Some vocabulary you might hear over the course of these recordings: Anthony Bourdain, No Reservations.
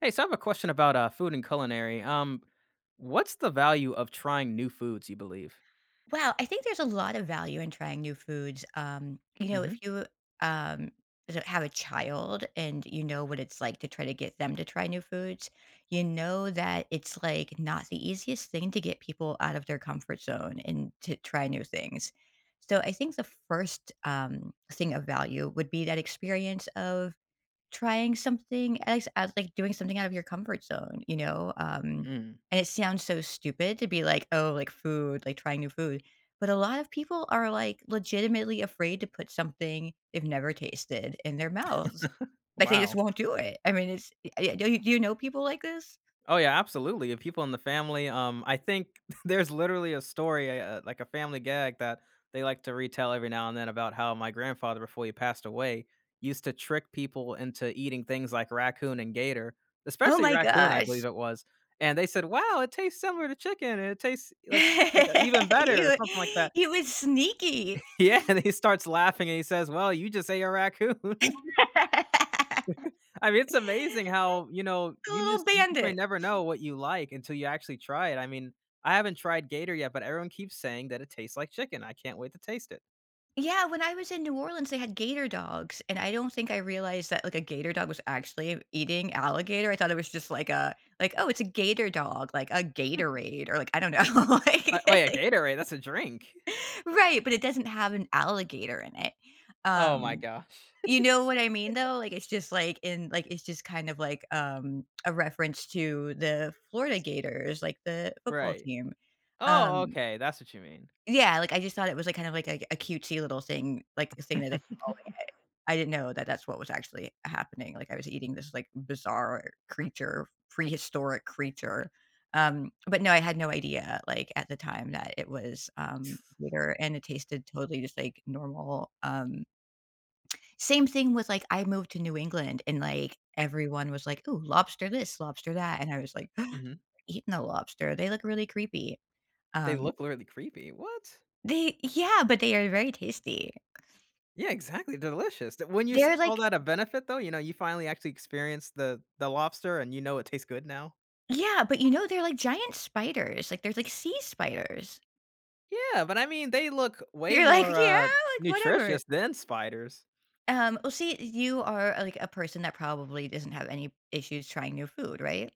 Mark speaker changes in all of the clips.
Speaker 1: Hey, so I have a question about food and culinary. What's the value of trying new foods, you believe?
Speaker 2: Wow, I think there's a lot of value in trying new foods.
Speaker 1: Hmm.
Speaker 2: If you um, have a child and you know what it's like to try to get them to try new foods, you know that it's like not the easiest thing to get people out of their comfort zone and to try new things. So I think the first thing of value would be that experience of trying something as, like, doing something out of your comfort zone.
Speaker 1: Mm.
Speaker 2: And it sounds so stupid to be like, "Oh, like, food, like, trying new food," but a lot of people are, like, legitimately afraid to put something they've never tasted in their mouths. Like, they just
Speaker 1: Wow.
Speaker 2: won't do it. I mean, it's y y do you know people like this?
Speaker 1: Oh yeah, absolutely. If people in the family, I think there's literally a story, like a family gag that they like to retell every now and then about how my grandfather, before he passed away, used to trick people into eating things like raccoon and gator,
Speaker 2: Oh
Speaker 1: especially
Speaker 2: my
Speaker 1: raccoon, I believe
Speaker 2: gosh.
Speaker 1: it was. And they said, "Wow, it tastes similar to chicken, and it tastes like even
Speaker 2: He
Speaker 1: better, or
Speaker 2: wa
Speaker 1: something like that."
Speaker 2: he was sneaky.
Speaker 1: Yeah, and he starts laughing and he says, "Well, you just ate a raccoon." I mean, it's amazing how, you know,
Speaker 2: A
Speaker 1: you
Speaker 2: little
Speaker 1: just you just may
Speaker 2: bandit.
Speaker 1: never know what you like until you actually try it. I mean, I haven't tried Gator yet, but everyone keeps saying that it tastes like chicken. I can't wait to taste it.
Speaker 2: Yeah, when I was in New Orleans, they had gator dogs, and I don't think I realized that like a gator dog was actually eating alligator. I thought it was just like a like, oh, it's a gator dog, like a Gatorade, or like I don't know,
Speaker 1: Wait, a
Speaker 2: like,
Speaker 1: Gatorade? That's a drink.
Speaker 2: right? But it doesn't have an alligator in it.
Speaker 1: Oh my
Speaker 2: Um,
Speaker 1: gosh.
Speaker 2: you know what I mean, though? Like it's just like in like it's just kind of like a reference to the Florida Gators, like the football
Speaker 1: Right.
Speaker 2: team.
Speaker 1: Oh,
Speaker 2: Um,
Speaker 1: okay. That's what you mean.
Speaker 2: yeah, like I just thought it was like kind of like a cutesy little thing, like thing that they call it. I didn't know that that's what was actually happening, like, I was eating this, like, bizarre creature, prehistoric creature, but no, I had no idea, like, at the time that it was, bitter and it tasted totally just, like, normal. Same thing with, like, I moved to New England and, like, everyone was like, "Ooh, lobster this, lobster that," and I was like,
Speaker 1: Mhm.
Speaker 2: "Eating the lobster, they look really creepy."
Speaker 1: They
Speaker 2: Um,
Speaker 1: look really creepy. What?
Speaker 2: they Yeah, but they are very tasty.
Speaker 1: Yeah, exactly. Delicious. When you
Speaker 2: They're,
Speaker 1: call
Speaker 2: like
Speaker 1: that a benefit though, you know, you finally actually experience the lobster and you know it tastes good now.
Speaker 2: Yeah, but you know, they're like giant spiders, like, there's like sea spiders.
Speaker 1: Yeah, but I mean, they look way
Speaker 2: You're like,
Speaker 1: more,
Speaker 2: "Yeah, like, whatever."
Speaker 1: nutritious than spiders.
Speaker 2: Well, see, you are, like, a person that probably doesn't have any issues trying new food, right?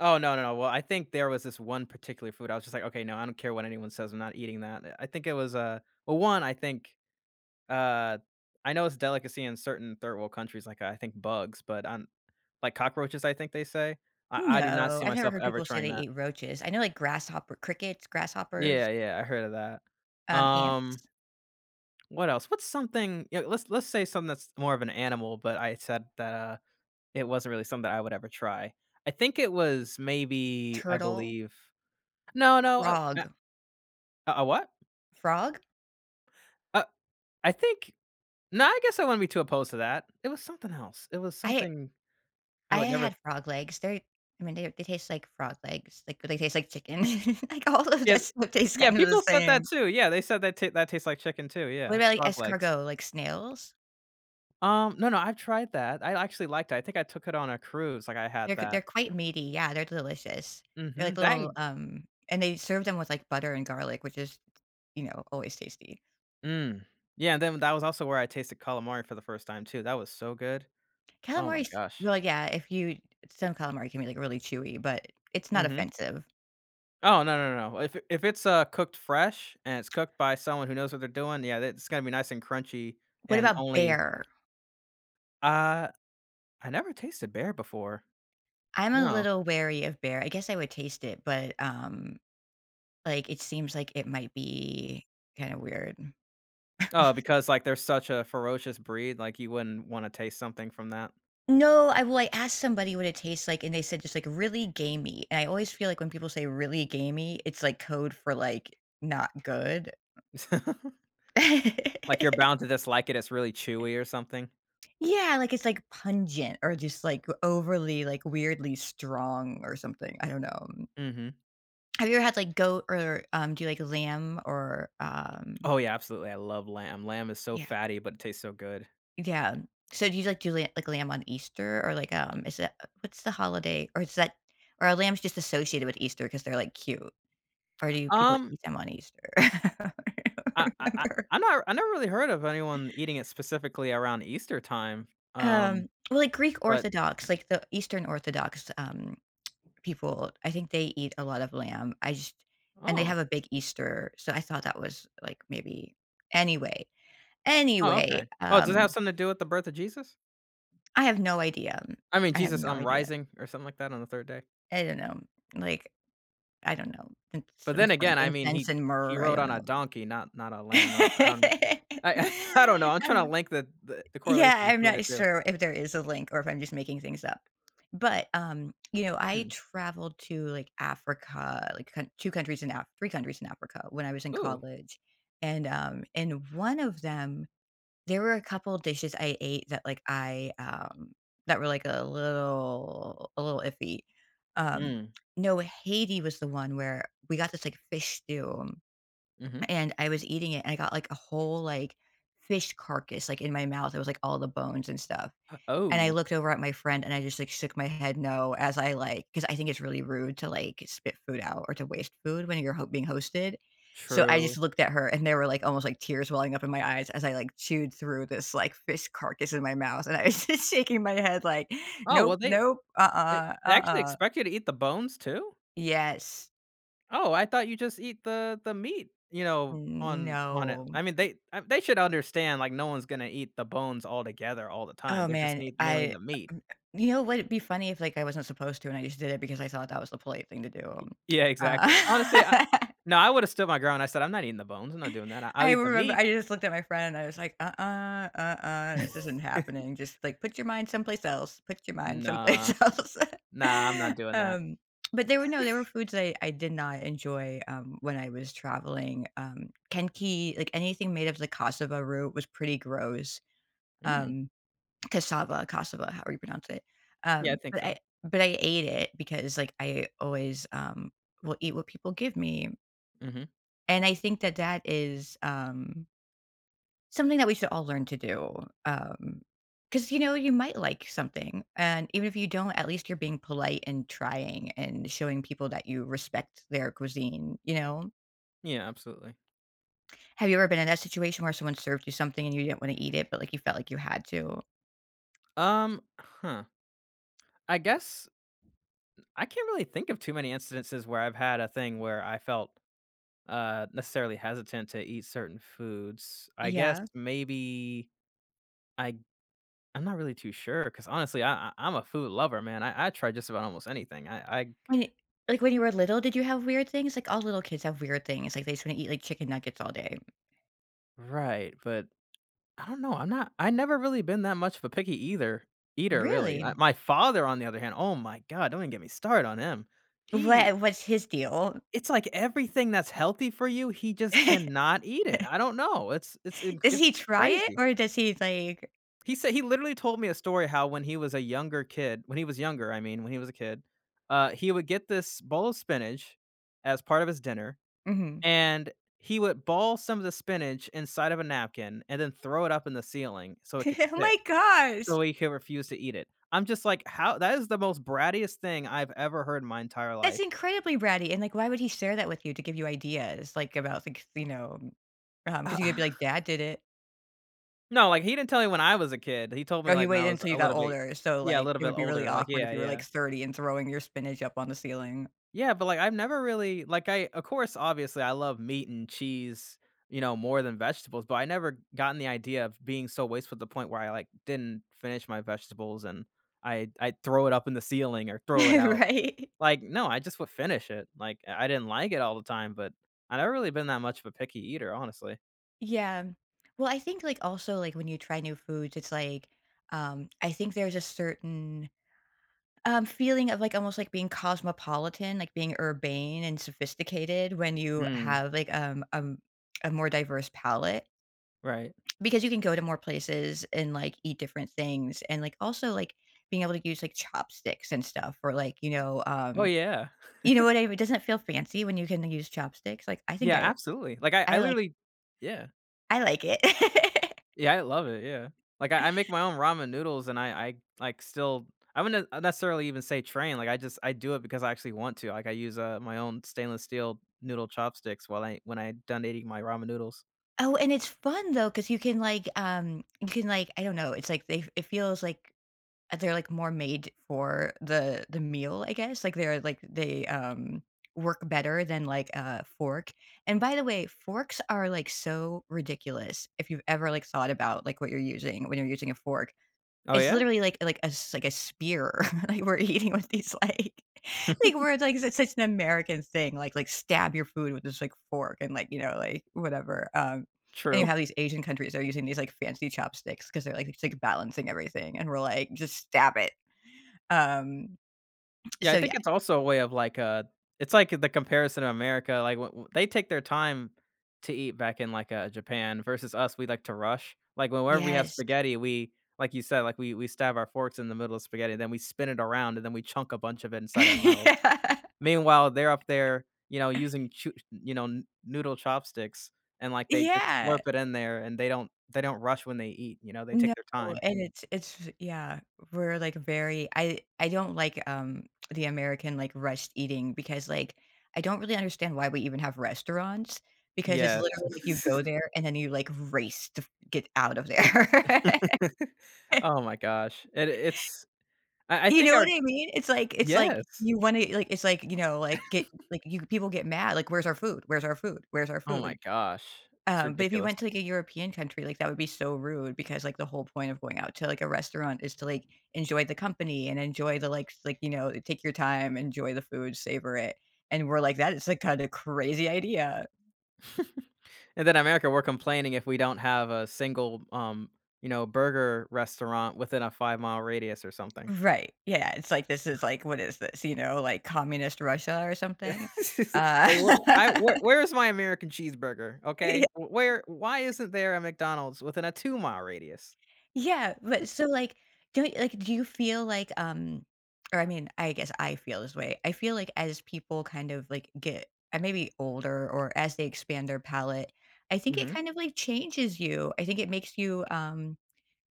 Speaker 1: Oh, no, no, no, well, I think there was this one particular food, I was just like, "Okay, no, I don't care what anyone says, I'm not eating that." I think it was, well, one, I think, uh I know it's a delicacy in certain third world countries, like, I think bugs, but I like cockroaches, I think they say. I do not
Speaker 2: No,
Speaker 1: see
Speaker 2: I've never
Speaker 1: myself
Speaker 2: heard
Speaker 1: ever
Speaker 2: people say
Speaker 1: trying
Speaker 2: they
Speaker 1: that.
Speaker 2: eat roaches. I know, like, grasshopper crickets, grasshoppers,
Speaker 1: Yeah, yeah, I heard of that.
Speaker 2: ants,
Speaker 1: What else? What's something, yeah, let's say something that's more of an animal, but I said that, it wasn't really something that I would ever try. I think it was maybe, I
Speaker 2: turtle,
Speaker 1: believe no, no, uh,
Speaker 2: frog.
Speaker 1: a what?
Speaker 2: Frog?
Speaker 1: Uh, I think no, I guess I wouldn't be too opposed to that. It was something else. It was
Speaker 2: I
Speaker 1: something I
Speaker 2: I
Speaker 1: would never
Speaker 2: had frog legs. They're I mean, they taste like frog legs, like, they taste like chicken. Like, all of
Speaker 1: yeah,
Speaker 2: that stuff tastes
Speaker 1: yeah,
Speaker 2: kind of the
Speaker 1: people said that
Speaker 2: same.
Speaker 1: too. Yeah, they said that ta that tastes like chicken too,
Speaker 2: What
Speaker 1: yeah,
Speaker 2: about, like,
Speaker 1: frog legs.
Speaker 2: escargot, like snails?
Speaker 1: No, no, I've tried that. I actually liked it. I think I took it on a cruise, like, I had
Speaker 2: They're
Speaker 1: that.
Speaker 2: quite meaty, yeah, they're delicious.
Speaker 1: Mm.
Speaker 2: They're like
Speaker 1: Mhm, that
Speaker 2: little,
Speaker 1: and
Speaker 2: and they serve them with, like, butter and garlic, which is, you know, always tasty.
Speaker 1: mm. Yeah, and then that was also where I tasted calamari for the first time too. That was so good. Oh my gosh.
Speaker 2: Yeah, if you some calamari can be, like, really chewy, but it's
Speaker 1: Mm.
Speaker 2: not
Speaker 1: Mhm.
Speaker 2: offensive.
Speaker 1: Oh, no, no, no, no. If it if it's cooked fresh and it's cooked by someone who knows what they're doing, yeah, it's gonna be nice and crunchy
Speaker 2: What
Speaker 1: and
Speaker 2: about
Speaker 1: only
Speaker 2: bear?
Speaker 1: uh, I never tasted bear before.
Speaker 2: I'm a
Speaker 1: No.
Speaker 2: little wary of bear. I guess I would taste it, but, like, it seems like it might be kinda weird.
Speaker 1: Oh, because, like, they're such a ferocious breed, like, you wouldn't wanna taste something from that.
Speaker 2: No, I well, I asked somebody what it tastes like, and they said just, like, "Really gamey," and I always feel like when people say "really gamey," it's, like, code for, like, not good.
Speaker 1: Like, you're bound to dislike it, it's really chewy or something.
Speaker 2: Yeah, like, it's, like, pungent or just, like, overly, like, weirdly strong or something, I don't know.
Speaker 1: Mhm.
Speaker 2: Have you ever had, like, goat or, do you like lamb?
Speaker 1: Oh, yeah, absolutely, I love lamb. Lamb is so
Speaker 2: Yeah,
Speaker 1: fatty, but it tastes so good.
Speaker 2: yeah. So do you, like, do la like, lamb on Easter or, like, is that what's the holiday or is that or are lambs just associated with Easter because 'cause they're, like, cute? Or do people
Speaker 1: Um,
Speaker 2: eat them on Easter? I don't
Speaker 1: I
Speaker 2: remember.
Speaker 1: I'm not I never really heard of anyone eating it specifically around Easter time, um,
Speaker 2: Well, like, Greek
Speaker 1: but
Speaker 2: Orthodox, like, the Eastern Orthodox, people, I think they eat a lot of lamb. I just and they have
Speaker 1: oh.
Speaker 2: a big Easter, so I thought that was, like, maybe anyway,
Speaker 1: Oh, okay.
Speaker 2: anyway,
Speaker 1: Oh, does it have something to do with the birth of Jesus?
Speaker 2: I have no idea.
Speaker 1: I mean,
Speaker 2: I have
Speaker 1: Jesus,
Speaker 2: no idea.
Speaker 1: rising or something like that on the 3rd day?
Speaker 2: I don't know. Like, I don't know.
Speaker 1: But
Speaker 2: Some
Speaker 1: then again, I mean,
Speaker 2: frankincense and
Speaker 1: he
Speaker 2: myrrh, I
Speaker 1: rode on a
Speaker 2: don't
Speaker 1: donkey, not a lamb. I don't know.
Speaker 2: know.
Speaker 1: I I don't know. I'm trying to link the correlation
Speaker 2: Yeah, I'm
Speaker 1: between the
Speaker 2: not
Speaker 1: two.
Speaker 2: sure if there is a link or if I'm just making things up. But, you know, I
Speaker 1: Hmm.
Speaker 2: traveled to, like, Africa, like, coun 2 countries in Af 3 countries in Africa when I was in
Speaker 1: Ooh.
Speaker 2: college. And, in one of them, there were a couple dishes I ate that, like, that were, like, a little iffy. Um,
Speaker 1: Mm.
Speaker 2: no, Haiti was the one where we got this, like, fish stew
Speaker 1: Mhm.
Speaker 2: and I was eating it and I got like a whole like fish carcass like in my mouth. It was like all the bones and stuff. And I
Speaker 1: Oh,
Speaker 2: looked over at my friend and I just like shook my head no as I like because I think it's really rude to like spit food out or to waste food when you're being hosted. So I
Speaker 1: true.
Speaker 2: just looked at her and there were like almost like tears welling up in my eyes as I like chewed through this like fish carcass in my mouth and I was just shaking my head like
Speaker 1: Oh, well,
Speaker 2: nope,
Speaker 1: they
Speaker 2: nope,
Speaker 1: they they actually expect you to eat the bones too?
Speaker 2: yes
Speaker 1: Oh, I thought you just eat the meat, you know, on it.
Speaker 2: no.
Speaker 1: I mean, they should understand, like, no one's gonna eat the bones all together all the time.
Speaker 2: Oh,
Speaker 1: They're just
Speaker 2: man,
Speaker 1: gonna eat mainly
Speaker 2: I
Speaker 1: the meat.
Speaker 2: m you know what? It'd be funny if, like, I wasn't supposed to and I just did it because I thought that was the polite thing to do,
Speaker 1: Yeah, exactly. Honestly, I
Speaker 2: uh,
Speaker 1: no, I would have stood my ground. I said, "I'm not eating the bones. I'm not doing that. I, I'll
Speaker 2: I
Speaker 1: eat the
Speaker 2: remember
Speaker 1: meat."
Speaker 2: I just looked at my friend and I was like, "Uh-uh, uh-uh, this isn't happening. Just, like, put your mind someplace else, put your mind
Speaker 1: Nah,
Speaker 2: someplace else."
Speaker 1: nah, I'm not doing that.
Speaker 2: Um, but there were no there were foods I did not enjoy, when I was traveling, Kenki like, anything made of the cassava root was pretty gross,
Speaker 1: Mm,
Speaker 2: um cassava, cassava, however you pronounce it.
Speaker 1: yeah, I
Speaker 2: Um,
Speaker 1: think
Speaker 2: but
Speaker 1: so.
Speaker 2: I but I ate it because, like, I always, will eat what people give me,
Speaker 1: Mhm.
Speaker 2: and I think that that is, something that we should all learn to do, because you know, you might like something, and even if you don't, at least you're being polite and trying and showing people that you respect their cuisine, you know?
Speaker 1: Yeah, absolutely.
Speaker 2: Have you ever been in that situation where someone served you something and you didn't wanna eat it, but, like, you felt like you had to?
Speaker 1: Um, huh, I guess I can't really think of too many instances where I've had a thing where I felt, necessarily hesitant to eat certain foods. I guess
Speaker 2: Yeah.
Speaker 1: maybe I I'm not really too sure because honestly, I'm a food lover, man. I try just about almost anything. I
Speaker 2: When it like, when you were little, did you have weird things? Like, all little kids have weird things, like, they just wanna eat, like, chicken nuggets all day.
Speaker 1: right, but I don't know, I'm not I never really been that much of a picky either eater, really. I
Speaker 2: Really?
Speaker 1: my father, on the other hand, oh my god, don't even get me started on him. He
Speaker 2: What what's his deal?
Speaker 1: it's like everything that's healthy for you, he just cannot eat it, I don't know, it's it's inc
Speaker 2: Does
Speaker 1: it's
Speaker 2: he try it
Speaker 1: crazy.
Speaker 2: or does he, like
Speaker 1: He said he literally told me a story how when he was a younger kid, when he was younger, I mean, when he was a kid, he would get this bowl of spinach as part of his dinner,
Speaker 2: Mhm.
Speaker 1: and he would ball some of the spinach inside of a napkin and then throw it up in the ceiling so it could
Speaker 2: Oh my
Speaker 1: stick,
Speaker 2: gosh!
Speaker 1: so he can refuse to eat it. I'm just like, how that is the most brattiest thing I've ever heard in my entire
Speaker 2: That's
Speaker 1: life.
Speaker 2: incredibly bratty, and, like, why would he share that with you to give you ideas, like, about, like, you know, because you could be like, "Dad did it."
Speaker 1: No, like, he didn't tell me when I was a kid. He told me,
Speaker 2: Or he
Speaker 1: like, when
Speaker 2: waited
Speaker 1: I was
Speaker 2: until you
Speaker 1: a
Speaker 2: got
Speaker 1: little bit
Speaker 2: older, so,
Speaker 1: yeah, a
Speaker 2: like,
Speaker 1: little
Speaker 2: it
Speaker 1: bit
Speaker 2: would be really
Speaker 1: older, like,
Speaker 2: awkward if
Speaker 1: yeah,
Speaker 2: you were, like,
Speaker 1: yeah.
Speaker 2: 30 and throwing your spinach up on the ceiling.
Speaker 1: Yeah, but, like, I've never really like, I of course, obviously, I love meat and cheese, you know, more than vegetables, but I never gotten the idea of being so wasteful to the point where I, like, didn't finish my vegetables and I throw it up in the ceiling or throw it out.
Speaker 2: Right?
Speaker 1: Like, no, I just would finish it. Like, I didn't like it all the time, but I never really been that much of a picky eater, honestly.
Speaker 2: Yeah. Well, I think, like, also, like, when you try new foods, it's like, I think there's a certain, feeling of, like, almost like being cosmopolitan, like being urbane and sophisticated when you
Speaker 1: Mm,
Speaker 2: have, like, a more diverse palette
Speaker 1: right.
Speaker 2: because you can go to more places and, like, eat different things and, like, also, like, being able to use, like, chopsticks and stuff or, like,
Speaker 1: Oh, yeah.
Speaker 2: you know what I mean? It doesn't feel fancy when you can use chopsticks.
Speaker 1: Yeah, absolutely. Like, I
Speaker 2: I like
Speaker 1: literally yeah.
Speaker 2: I like it.
Speaker 1: Yeah, I love it, yeah. Like, I make my own ramen noodles and like, still I wouldn't ne necessarily even say train, like, I just I do it because I actually want to, like, I use, my own stainless steel noodle chopsticks while I when I done eating my ramen noodles.
Speaker 2: Oh, and it's fun though, cause you can, like I don't know, it's like they it feels like they're, like, more made for the meal, I guess, like, they're, work better than, like, a fork, and by the way, forks are, like, so ridiculous if you've ever, like, thought about, like, what you're using when you're using a fork.
Speaker 1: Oh,
Speaker 2: It's
Speaker 1: yeah?
Speaker 2: literally like a s like a spear, like, we're eating with these, like like, we're like, it's such an American thing, stab your food with this, like, fork and, like, you know, like, whatever, and you
Speaker 1: True.
Speaker 2: have these Asian countries that are using these, like, fancy chopsticks because 'cause they're, like it's, like, balancing everything, and we're like, "Just stab it." Um,
Speaker 1: Yeah, I
Speaker 2: yeah.
Speaker 1: think it's also a way of like it's like the comparison of America. Like they take their time to eat back in like Japan versus us. We like to rush. Like whenever we have
Speaker 2: Yes.
Speaker 1: spaghetti, we like you said, like we stab our forks in the middle of spaghetti, and then we spin it around, and then we chunk a bunch of it inside our mouths.
Speaker 2: Yeah.
Speaker 1: Meanwhile, they're up there, you know, using you know noodle chopsticks, and like they just
Speaker 2: Yeah.
Speaker 1: slurp it in there, and they don't rush when they eat. You know, they
Speaker 2: No,
Speaker 1: take their time.
Speaker 2: and it's yeah, we're, like, very I don't like, the American, like, rushed eating because, like, I don't really understand why we even have restaurants because it's
Speaker 1: Yes.
Speaker 2: literally, like, you go there and then you, like, race to get out of there.
Speaker 1: Oh my gosh. It it's I
Speaker 2: You know
Speaker 1: think
Speaker 2: what
Speaker 1: our
Speaker 2: I mean? It's like
Speaker 1: yes.
Speaker 2: you wanna like, it's like, you know, like, get like, you people get mad, like, "Where's our food? Where's our food? Where's our
Speaker 1: Oh my
Speaker 2: food?"
Speaker 1: gosh, it's
Speaker 2: But if you
Speaker 1: ridiculous.
Speaker 2: went to, like, a European country, like, that would be so rude because, like, the whole point of going out to, like, a restaurant is to, like, enjoy the company and enjoy the, like, you know, take your time, enjoy the food, savor it, and we're like, "That is a kinda crazy idea."
Speaker 1: And then America, we're complaining if we don't have a single, you know, burger restaurant within a five-mile radius or something.
Speaker 2: Right, yeah, it's like, this is like, what is this, you know, like, communist Russia or something? Uh
Speaker 1: Like, where I where is my American cheeseburger, okay? W where why isn't there a McDonald's within a two-mile radius?
Speaker 2: yeah, but so like don't like do you feel like or I mean, I guess I feel this way. I feel like as people kind of like get maybe older or as they expand their palette, I think it
Speaker 1: Mhm.
Speaker 2: kind of like changes you. I think it makes you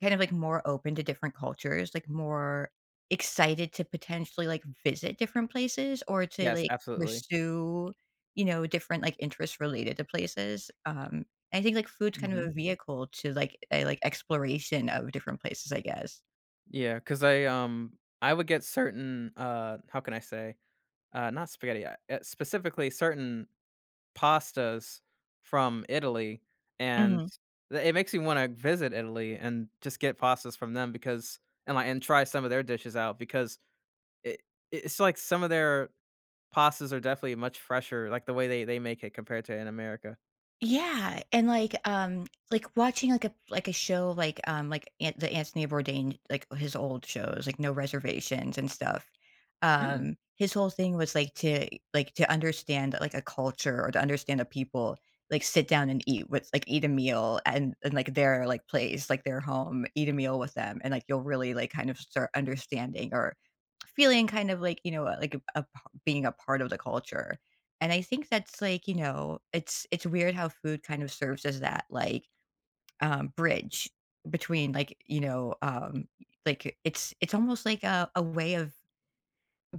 Speaker 2: kind of, like, more open to different cultures, like, more excited to potentially, like, visit different places or to,
Speaker 1: Yes,
Speaker 2: like,
Speaker 1: absolutely.
Speaker 2: pursue, you know, different, like, interests related to places, I think, like, food's kind of
Speaker 1: Mhm.
Speaker 2: a vehicle to, like, a, like, exploration of different places, I guess.
Speaker 1: Because I would get certain, how can I say? Not spaghetti, specifically certain pastas from Italy, and
Speaker 2: Mhm.
Speaker 1: th it makes me wanna visit Italy and just get pastas from them because and, like and try some of their dishes out because it it's like some of their pastas are definitely much fresher, like, the way they make it compared to in America.
Speaker 2: Yeah, and, like, watching, like, a show, like, An the Anthony Bourdain, like, his old shows, like, No Reservations and stuff,
Speaker 1: Mm,
Speaker 2: his whole thing was, like, to understand, like, a culture or to understand a people, like, sit down and eat with like, eat a meal and, like, their, like, place, like, their home, eat a meal with them, and, like, you'll really, like, kind of start understanding or feeling kind of like, you know, like a p being a part of the culture, and I think that's like, you know, it's weird how food kind of serves as that, like, bridge between, like, you know, like, it's almost like a way of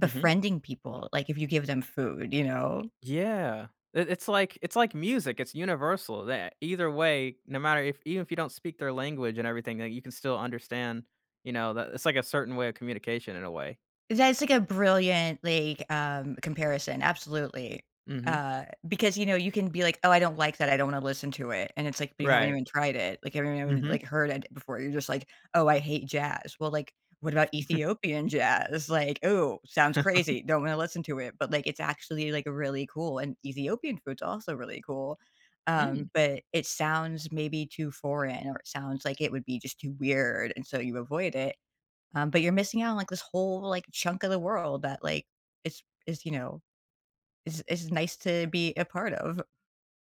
Speaker 1: mhm.
Speaker 2: people, like, if you give them food, you know?
Speaker 1: Yeah. It it's like music, it's universal that either way, no matter if even if you don't speak their language and everything, that you can still understand, you know, that it's like a certain way of communication in a way.
Speaker 2: That's like a brilliant, like, comparison, absolutely.
Speaker 1: Mhm.
Speaker 2: Because, you know, you can be like, "Oh, I don't like that, I don't wanna listen to it," and it's like, but you haven't
Speaker 1: Right.
Speaker 2: even tried it, like, you haven't even, like,
Speaker 1: Mhm.
Speaker 2: heard it before, you're just like, "Oh, I hate jazz." Well, like, what about Ethiopian jazz? Like, oh, sounds crazy, don't wanna listen to it," but, like, it's actually, like, really cool, and Ethiopian food's also really cool,
Speaker 1: Mm.
Speaker 2: but it sounds maybe too foreign, or it sounds like it would be just too weird, and so you avoid it, but you're missing out on, like, this whole, like, chunk of the world that, like, is, you know, is nice to be a part of.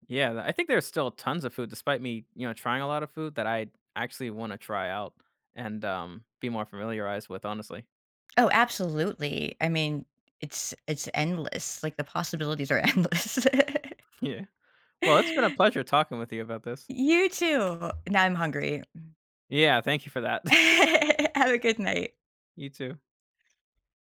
Speaker 1: Yeah, I think there's still tons of food, despite me, you know, trying a lot of food that I actually want to try out and be more familiarized with, honestly.
Speaker 2: Oh, absolutely. I mean, it's endless. Like, the possibilities are endless.
Speaker 1: Yeah. Well, it's been a pleasure talking with you about this.
Speaker 2: You too. Now I'm hungry.
Speaker 1: Yeah, thank you for that.
Speaker 2: Have a good night.
Speaker 1: You too.